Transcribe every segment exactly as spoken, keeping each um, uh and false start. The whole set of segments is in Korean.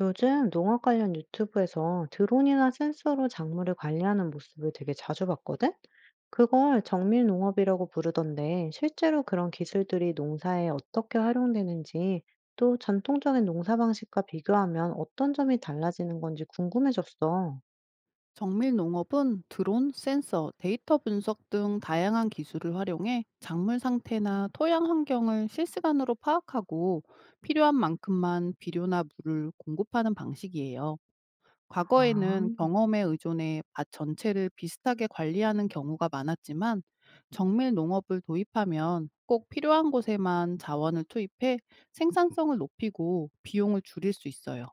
요즘 농업 관련 유튜브에서 드론이나 센서로 작물을 관리하는 모습을 되게 자주 봤거든? 그걸 정밀 농업이라고 부르던데, 실제로 그런 기술들이 농사에 어떻게 활용되는지, 또 전통적인 농사 방식과 비교하면 어떤 점이 달라지는 건지 궁금해졌어. 정밀 농업은 드론, 센서, 데이터 분석 등 다양한 기술을 활용해 작물 상태나 토양 환경을 실시간으로 파악하고 필요한 만큼만 비료나 물을 공급하는 방식이에요. 아, 과거에는 경험에 의존해 밭 전체를 비슷하게 관리하는 경우가 많았지만 정밀 농업을 도입하면 꼭 필요한 곳에만 자원을 투입해 생산성을 높이고 비용을 줄일 수 있어요.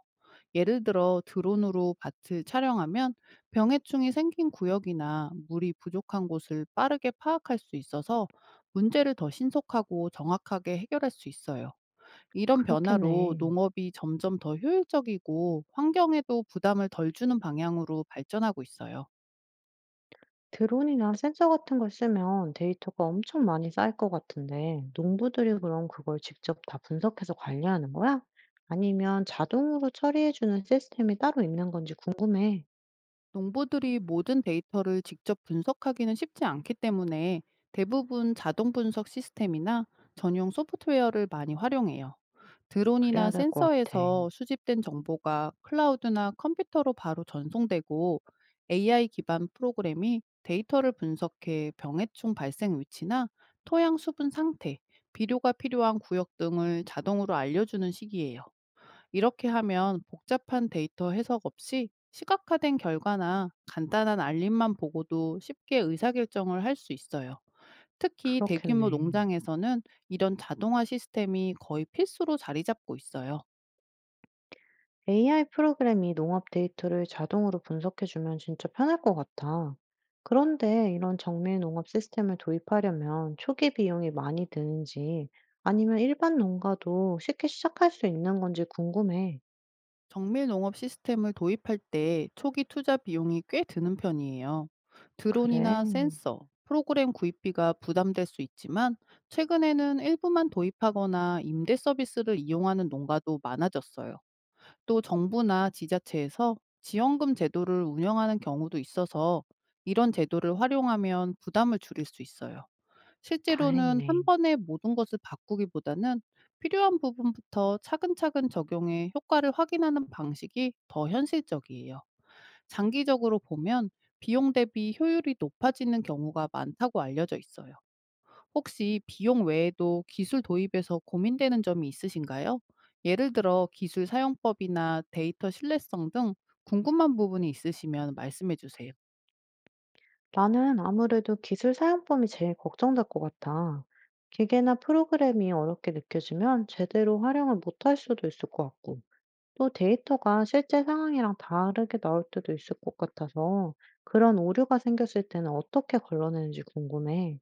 예를 들어 드론으로 밭을 촬영하면 병해충이 생긴 구역이나 물이 부족한 곳을 빠르게 파악할 수 있어서 문제를 더 신속하고 정확하게 해결할 수 있어요. 이런 변화로 그렇겠네. 농업이 점점 더 효율적이고 환경에도 부담을 덜 주는 방향으로 발전하고 있어요. 드론이나 센서 같은 걸 쓰면 데이터가 엄청 많이 쌓일 것 같은데, 농부들이 그럼 그걸 직접 다 분석해서 관리하는 거야? 아니면 자동으로 처리해주는 시스템이 따로 있는 건지 궁금해. 농부들이 모든 데이터를 직접 분석하기는 쉽지 않기 때문에 대부분 자동 분석 시스템이나 전용 소프트웨어를 많이 활용해요. 그래야 드론이나 될 것 같아. 센서에서 수집된 정보가 클라우드나 컴퓨터로 바로 전송되고, 에이아이 기반 프로그램이 데이터를 분석해 병해충 발생 위치나 토양 수분 상태, 비료가 필요한 구역 등을 자동으로 알려주는 시기예요. 이렇게 하면 복잡한 데이터 해석 없이 시각화된 결과나 간단한 알림만 보고도 쉽게 의사결정을 할 수 있어요. 특히 대규모 그렇겠네. 농장에서는 이런 자동화 시스템이 거의 필수로 자리 잡고 있어요. 에이아이 프로그램이 농업 데이터를 자동으로 분석해주면 진짜 편할 것 같아. 그런데 이런 정밀 농업 시스템을 도입하려면 초기 비용이 많이 드는지 아니면 일반 농가도 쉽게 시작할 수 있는 건지 궁금해. 정밀 농업 시스템을 도입할 때 초기 투자 비용이 꽤 드는 편이에요. 그래? 드론이나 센서, 프로그램 구입비가 부담될 수 있지만, 최근에는 일부만 도입하거나 임대 서비스를 이용하는 농가도 많아졌어요. 또 정부나 지자체에서 지원금 제도를 운영하는 경우도 있어서 이런 제도를 활용하면 부담을 줄일 수 있어요. 실제로는 한 다행이네. 번에 모든 것을 바꾸기보다는 필요한 부분부터 차근차근 적용해 효과를 확인하는 방식이 더 현실적이에요. 장기적으로 보면 비용 대비 효율이 높아지는 경우가 많다고 알려져 있어요. 혹시 비용 외에도 기술 도입에서 고민되는 점이 있으신가요? 예를 들어 기술 사용법이나 데이터 신뢰성 등 궁금한 부분이 있으시면 말씀해 주세요. 나는 아무래도 기술 사용법이 제일 걱정될 것 같아. 기계나 프로그램이 어렵게 느껴지면 제대로 활용을 못할 수도 있을 것 같고, 또 데이터가 실제 상황이랑 다르게 나올 때도 있을 것 같아서 그런 오류가 생겼을 때는 어떻게 걸러내는지 궁금해.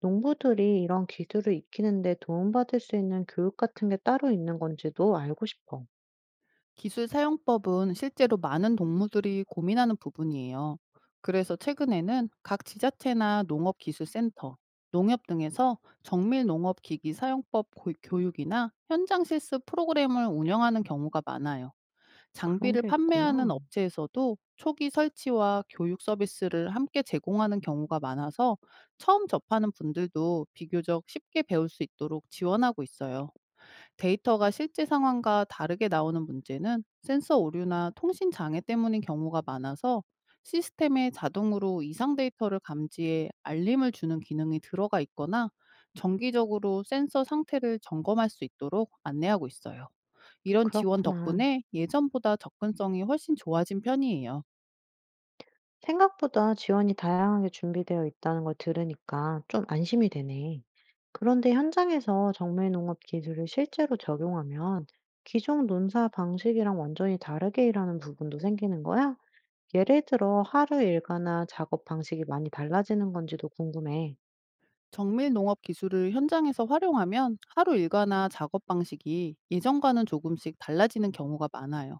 농부들이 이런 기술을 익히는데 도움받을 수 있는 교육 같은 게 따로 있는 건지도 알고 싶어. 기술 사용법은 실제로 많은 동무들이 고민하는 부분이에요. 그래서 최근에는 각 지자체나 농업기술센터, 농협 등에서 정밀 농업 기기 사용법 고- 교육이나 현장 실습 프로그램을 운영하는 경우가 많아요. 그런 장비를 게 판매하는 있구나. 업체에서도 초기 설치와 교육 서비스를 함께 제공하는 경우가 많아서 처음 접하는 분들도 비교적 쉽게 배울 수 있도록 지원하고 있어요. 데이터가 실제 상황과 다르게 나오는 문제는 센서 오류나 통신 장애 때문인 경우가 많아서, 시스템에 자동으로 이상 데이터를 감지해 알림을 주는 기능이 들어가 있거나 정기적으로 센서 상태를 점검할 수 있도록 안내하고 있어요. 이런 지원 그렇구나. 덕분에 예전보다 접근성이 훨씬 좋아진 편이에요. 생각보다 지원이 다양하게 준비되어 있다는 걸 들으니까 좀 안심이 되네. 그런데 현장에서 정밀 농업 기술을 실제로 적용하면 기존 논사 방식이랑 완전히 다르게 일하는 부분도 생기는 거야? 예를 들어 하루 일과나 작업 방식이 많이 달라지는 건지도 궁금해. 정밀 농업 기술을 현장에서 활용하면 하루 일과나 작업 방식이 예전과는 조금씩 달라지는 경우가 많아요.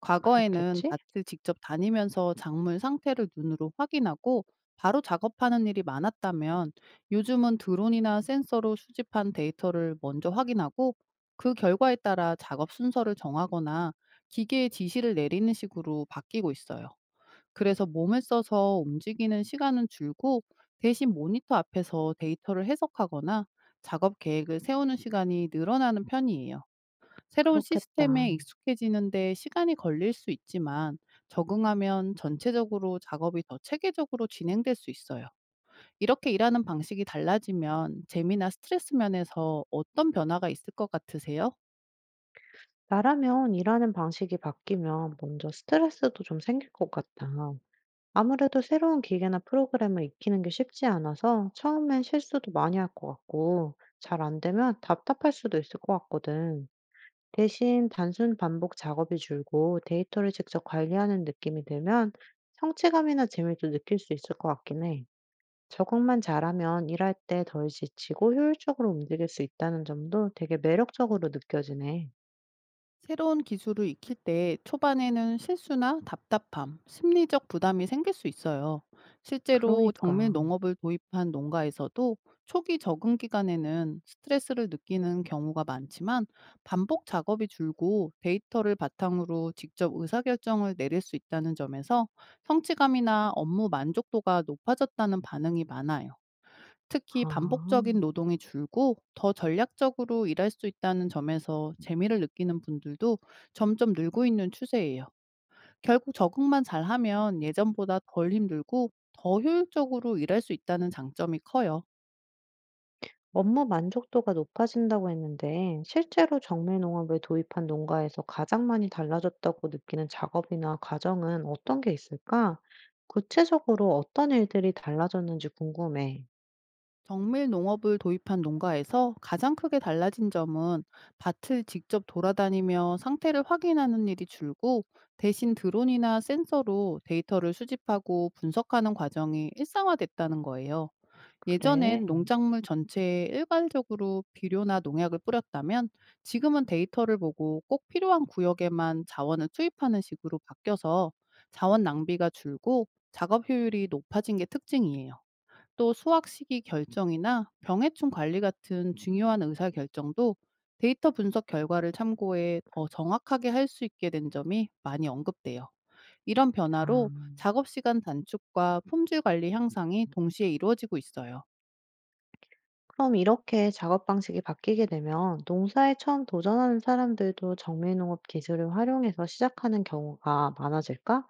과거에는 그렇겠지? 밭을 직접 다니면서 작물 상태를 눈으로 확인하고 바로 작업하는 일이 많았다면, 요즘은 드론이나 센서로 수집한 데이터를 먼저 확인하고 그 결과에 따라 작업 순서를 정하거나 기계에 지시를 내리는 식으로 바뀌고 있어요. 그래서 몸을 써서 움직이는 시간은 줄고 대신 모니터 앞에서 데이터를 해석하거나 작업 계획을 세우는 시간이 늘어나는 편이에요. 새로운 그렇겠다. 시스템에 익숙해지는데 시간이 걸릴 수 있지만 적응하면 전체적으로 작업이 더 체계적으로 진행될 수 있어요. 이렇게 일하는 방식이 달라지면 재미나 스트레스 면에서 어떤 변화가 있을 것 같으세요? 나라면 일하는 방식이 바뀌면 먼저 스트레스도 좀 생길 것 같다. 아무래도 새로운 기계나 프로그램을 익히는 게 쉽지 않아서 처음엔 실수도 많이 할 것 같고, 잘 안 되면 답답할 수도 있을 것 같거든. 대신 단순 반복 작업이 줄고 데이터를 직접 관리하는 느낌이 들면 성취감이나 재미도 느낄 수 있을 것 같긴 해. 적응만 잘하면 일할 때 덜 지치고 효율적으로 움직일 수 있다는 점도 되게 매력적으로 느껴지네. 새로운 기술을 익힐 때 초반에는 실수나 답답함, 심리적 부담이 생길 수 있어요. 실제로 정밀 그러니까. 농업을 도입한 농가에서도 초기 적응 기간에는 스트레스를 느끼는 경우가 많지만, 반복 작업이 줄고 데이터를 바탕으로 직접 의사결정을 내릴 수 있다는 점에서 성취감이나 업무 만족도가 높아졌다는 반응이 많아요. 특히 반복적인 아. 노동이 줄고 더 전략적으로 일할 수 있다는 점에서 재미를 느끼는 분들도 점점 늘고 있는 추세예요. 결국 적응만 잘하면 예전보다 덜 힘들고 더 효율적으로 일할 수 있다는 장점이 커요. 업무 만족도가 높아진다고 했는데, 실제로 정밀 농업을 도입한 농가에서 가장 많이 달라졌다고 느끼는 작업이나 과정은 어떤 게 있을까? 구체적으로 어떤 일들이 달라졌는지 궁금해. 정밀 농업을 도입한 농가에서 가장 크게 달라진 점은 밭을 직접 돌아다니며 상태를 확인하는 일이 줄고, 대신 드론이나 센서로 데이터를 수집하고 분석하는 과정이 일상화됐다는 거예요. 그래. 예전엔 농작물 전체에 일괄적으로 비료나 농약을 뿌렸다면, 지금은 데이터를 보고 꼭 필요한 구역에만 자원을 투입하는 식으로 바뀌어서 자원 낭비가 줄고 작업 효율이 높아진 게 특징이에요. 또 수확 시기 결정이나 병해충 관리 같은 중요한 의사 결정도 데이터 분석 결과를 참고해 더 정확하게 할 수 있게 된 점이 많이 언급돼요. 이런 변화로 아, 작업 시간 단축과 품질 관리 향상이 동시에 이루어지고 있어요. 그럼 이렇게 작업 방식이 바뀌게 되면 농사에 처음 도전하는 사람들도 정밀 농업 기술을 활용해서 시작하는 경우가 많아질까?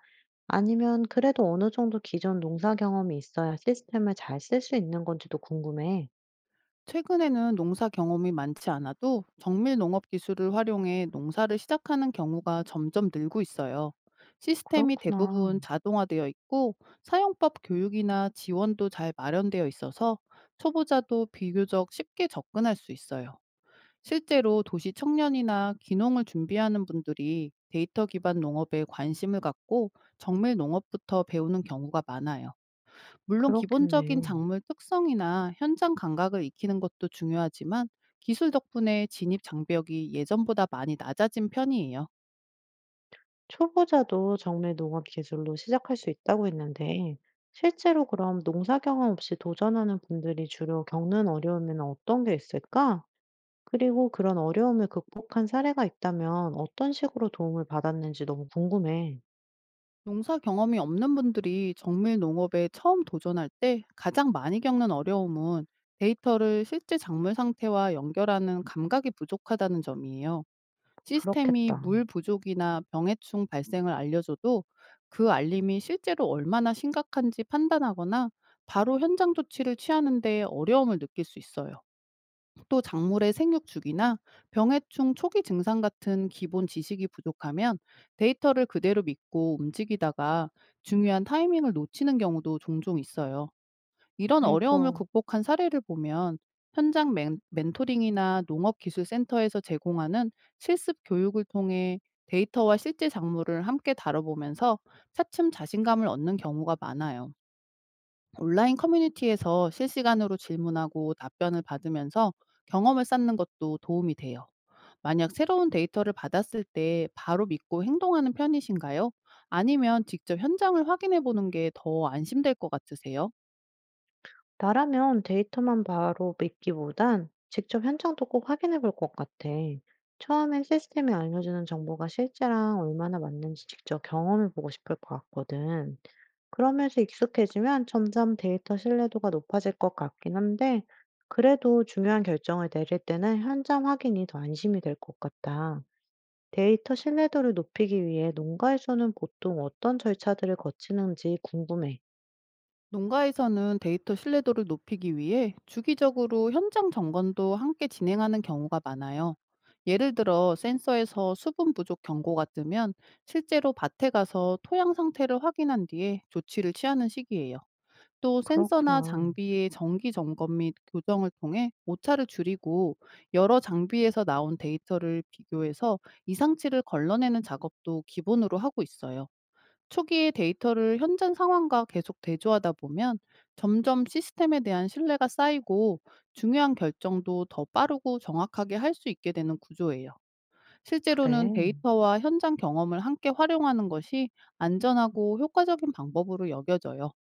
아니면 그래도 어느 정도 기존 농사 경험이 있어야 시스템을 잘 쓸 수 있는 건지도 궁금해. 최근에는 농사 경험이 많지 않아도 정밀 농업 기술을 활용해 농사를 시작하는 경우가 점점 늘고 있어요. 시스템이 그렇구나. 대부분 자동화되어 있고 사용법 교육이나 지원도 잘 마련되어 있어서 초보자도 비교적 쉽게 접근할 수 있어요. 실제로 도시 청년이나 귀농을 준비하는 분들이 데이터 기반 농업에 관심을 갖고 정밀 농업부터 배우는 경우가 많아요. 물론 기본적인 그렇겠네. 작물 특성이나 현장 감각을 익히는 것도 중요하지만, 기술 덕분에 진입 장벽이 예전보다 많이 낮아진 편이에요. 초보자도 정밀 농업 기술로 시작할 수 있다고 했는데, 실제로 그럼 농사 경험 없이 도전하는 분들이 주로 겪는 어려움에는 어떤 게 있을까? 그리고 그런 어려움을 극복한 사례가 있다면 어떤 식으로 도움을 받았는지 너무 궁금해. 농사 경험이 없는 분들이 정밀 농업에 처음 도전할 때 가장 많이 겪는 어려움은 데이터를 실제 작물 상태와 연결하는 감각이 부족하다는 점이에요. 시스템이 그렇겠다. 물 부족이나 병해충 발생을 알려줘도 그 알림이 실제로 얼마나 심각한지 판단하거나 바로 현장 조치를 취하는데 어려움을 느낄 수 있어요. 또 작물의 생육 주기나 병해충 초기 증상 같은 기본 지식이 부족하면 데이터를 그대로 믿고 움직이다가 중요한 타이밍을 놓치는 경우도 종종 있어요. 이런 아이고. 어려움을 극복한 사례를 보면 현장 멘, 멘토링이나 농업기술센터에서 제공하는 실습 교육을 통해 데이터와 실제 작물을 함께 다뤄보면서 차츰 자신감을 얻는 경우가 많아요. 온라인 커뮤니티에서 실시간으로 질문하고 답변을 받으면서 경험을 쌓는 것도 도움이 돼요. 만약 새로운 데이터를 받았을 때 바로 믿고 행동하는 편이신가요? 아니면 직접 현장을 확인해 보는 게 더 안심될 것 같으세요? 나라면 데이터만 바로 믿기보단 직접 현장도 꼭 확인해 볼 것 같아. 처음엔 시스템이 알려주는 정보가 실제랑 얼마나 맞는지 직접 경험해 보고 싶을 것 같거든. 그러면서 익숙해지면 점점 데이터 신뢰도가 높아질 것 같긴 한데, 그래도 중요한 결정을 내릴 때는 현장 확인이 더 안심이 될 것 같다. 데이터 신뢰도를 높이기 위해 농가에서는 보통 어떤 절차들을 거치는지 궁금해. 농가에서는 데이터 신뢰도를 높이기 위해 주기적으로 현장 점검도 함께 진행하는 경우가 많아요. 예를 들어 센서에서 수분 부족 경고가 뜨면 실제로 밭에 가서 토양 상태를 확인한 뒤에 조치를 취하는 시기예요. 또 센서나 그렇구나. 장비의 정기 점검 및 교정을 통해 오차를 줄이고, 여러 장비에서 나온 데이터를 비교해서 이상치를 걸러내는 작업도 기본으로 하고 있어요. 초기에 데이터를 현장 상황과 계속 대조하다 보면 점점 시스템에 대한 신뢰가 쌓이고 중요한 결정도 더 빠르고 정확하게 할 수 있게 되는 구조예요. 실제로는 그래. 데이터와 현장 경험을 함께 활용하는 것이 안전하고 효과적인 방법으로 여겨져요.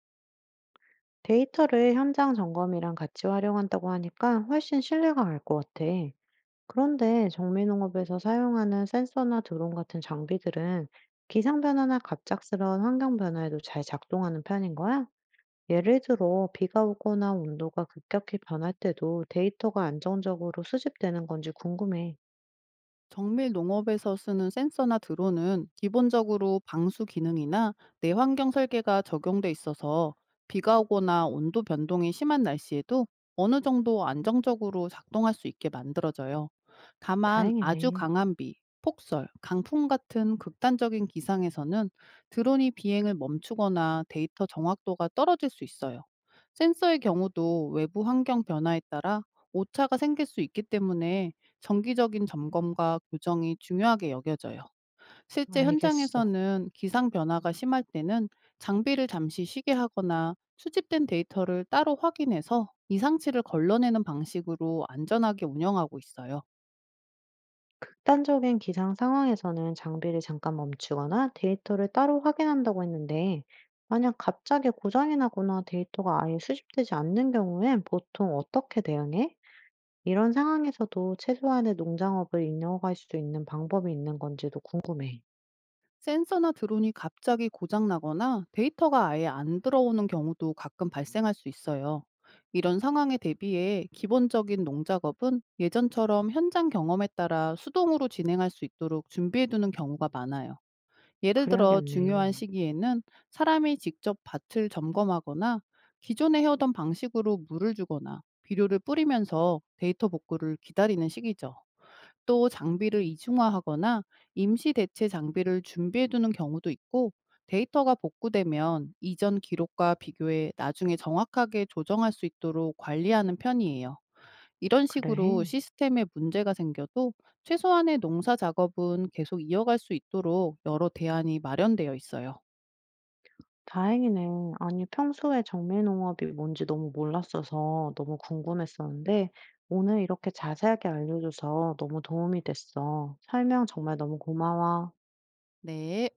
데이터를 현장 점검이랑 같이 활용한다고 하니까 훨씬 신뢰가 갈 것 같아. 그런데 정밀농업에서 사용하는 센서나 드론 같은 장비들은 기상 변화나 갑작스러운 환경 변화에도 잘 작동하는 편인 거야? 예를 들어 비가 오거나 온도가 급격히 변할 때도 데이터가 안정적으로 수집되는 건지 궁금해. 정밀 농업에서 쓰는 센서나 드론은 기본적으로 방수 기능이나 내환경 설계가 적용돼 있어서 비가 오거나 온도 변동이 심한 날씨에도 어느 정도 안정적으로 작동할 수 있게 만들어져요. 다만 아주 다행이네. 강한 비, 폭설, 강풍 같은 극단적인 기상에서는 드론이 비행을 멈추거나 데이터 정확도가 떨어질 수 있어요. 센서의 경우도 외부 환경 변화에 따라 오차가 생길 수 있기 때문에 정기적인 점검과 교정이 중요하게 여겨져요. 실제 알겠어. 현장에서는 기상 변화가 심할 때는 장비를 잠시 쉬게 하거나 수집된 데이터를 따로 확인해서 이상치를 걸러내는 방식으로 안전하게 운영하고 있어요. 극단적인 기상 상황에서는 장비를 잠깐 멈추거나 데이터를 따로 확인한다고 했는데, 만약 갑자기 고장이 나거나 데이터가 아예 수집되지 않는 경우엔 보통 어떻게 대응해? 이런 상황에서도 최소한의 농장업을 이어갈 수 있는 방법이 있는 건지도 궁금해. 센서나 드론이 갑자기 고장나거나 데이터가 아예 안 들어오는 경우도 가끔 발생할 수 있어요. 이런 상황에 대비해 기본적인 농작업은 예전처럼 현장 경험에 따라 수동으로 진행할 수 있도록 준비해두는 경우가 많아요. 예를 들어 그래야겠네. 중요한 시기에는 사람이 직접 밭을 점검하거나 기존에 해오던 방식으로 물을 주거나 비료를 뿌리면서 데이터 복구를 기다리는 시기죠. 또 장비를 이중화하거나 임시 대체 장비를 준비해두는 경우도 있고, 데이터가 복구되면 이전 기록과 비교해 나중에 정확하게 조정할 수 있도록 관리하는 편이에요. 이런 식으로 그래. 시스템에 문제가 생겨도 최소한의 농사 작업은 계속 이어갈 수 있도록 여러 대안이 마련되어 있어요. 다행이네. 아니 평소에 정밀농업이 뭔지 너무 몰랐어서 너무 궁금했었는데 오늘 이렇게 자세하게 알려줘서 너무 도움이 됐어. 설명 정말 너무 고마워. 네.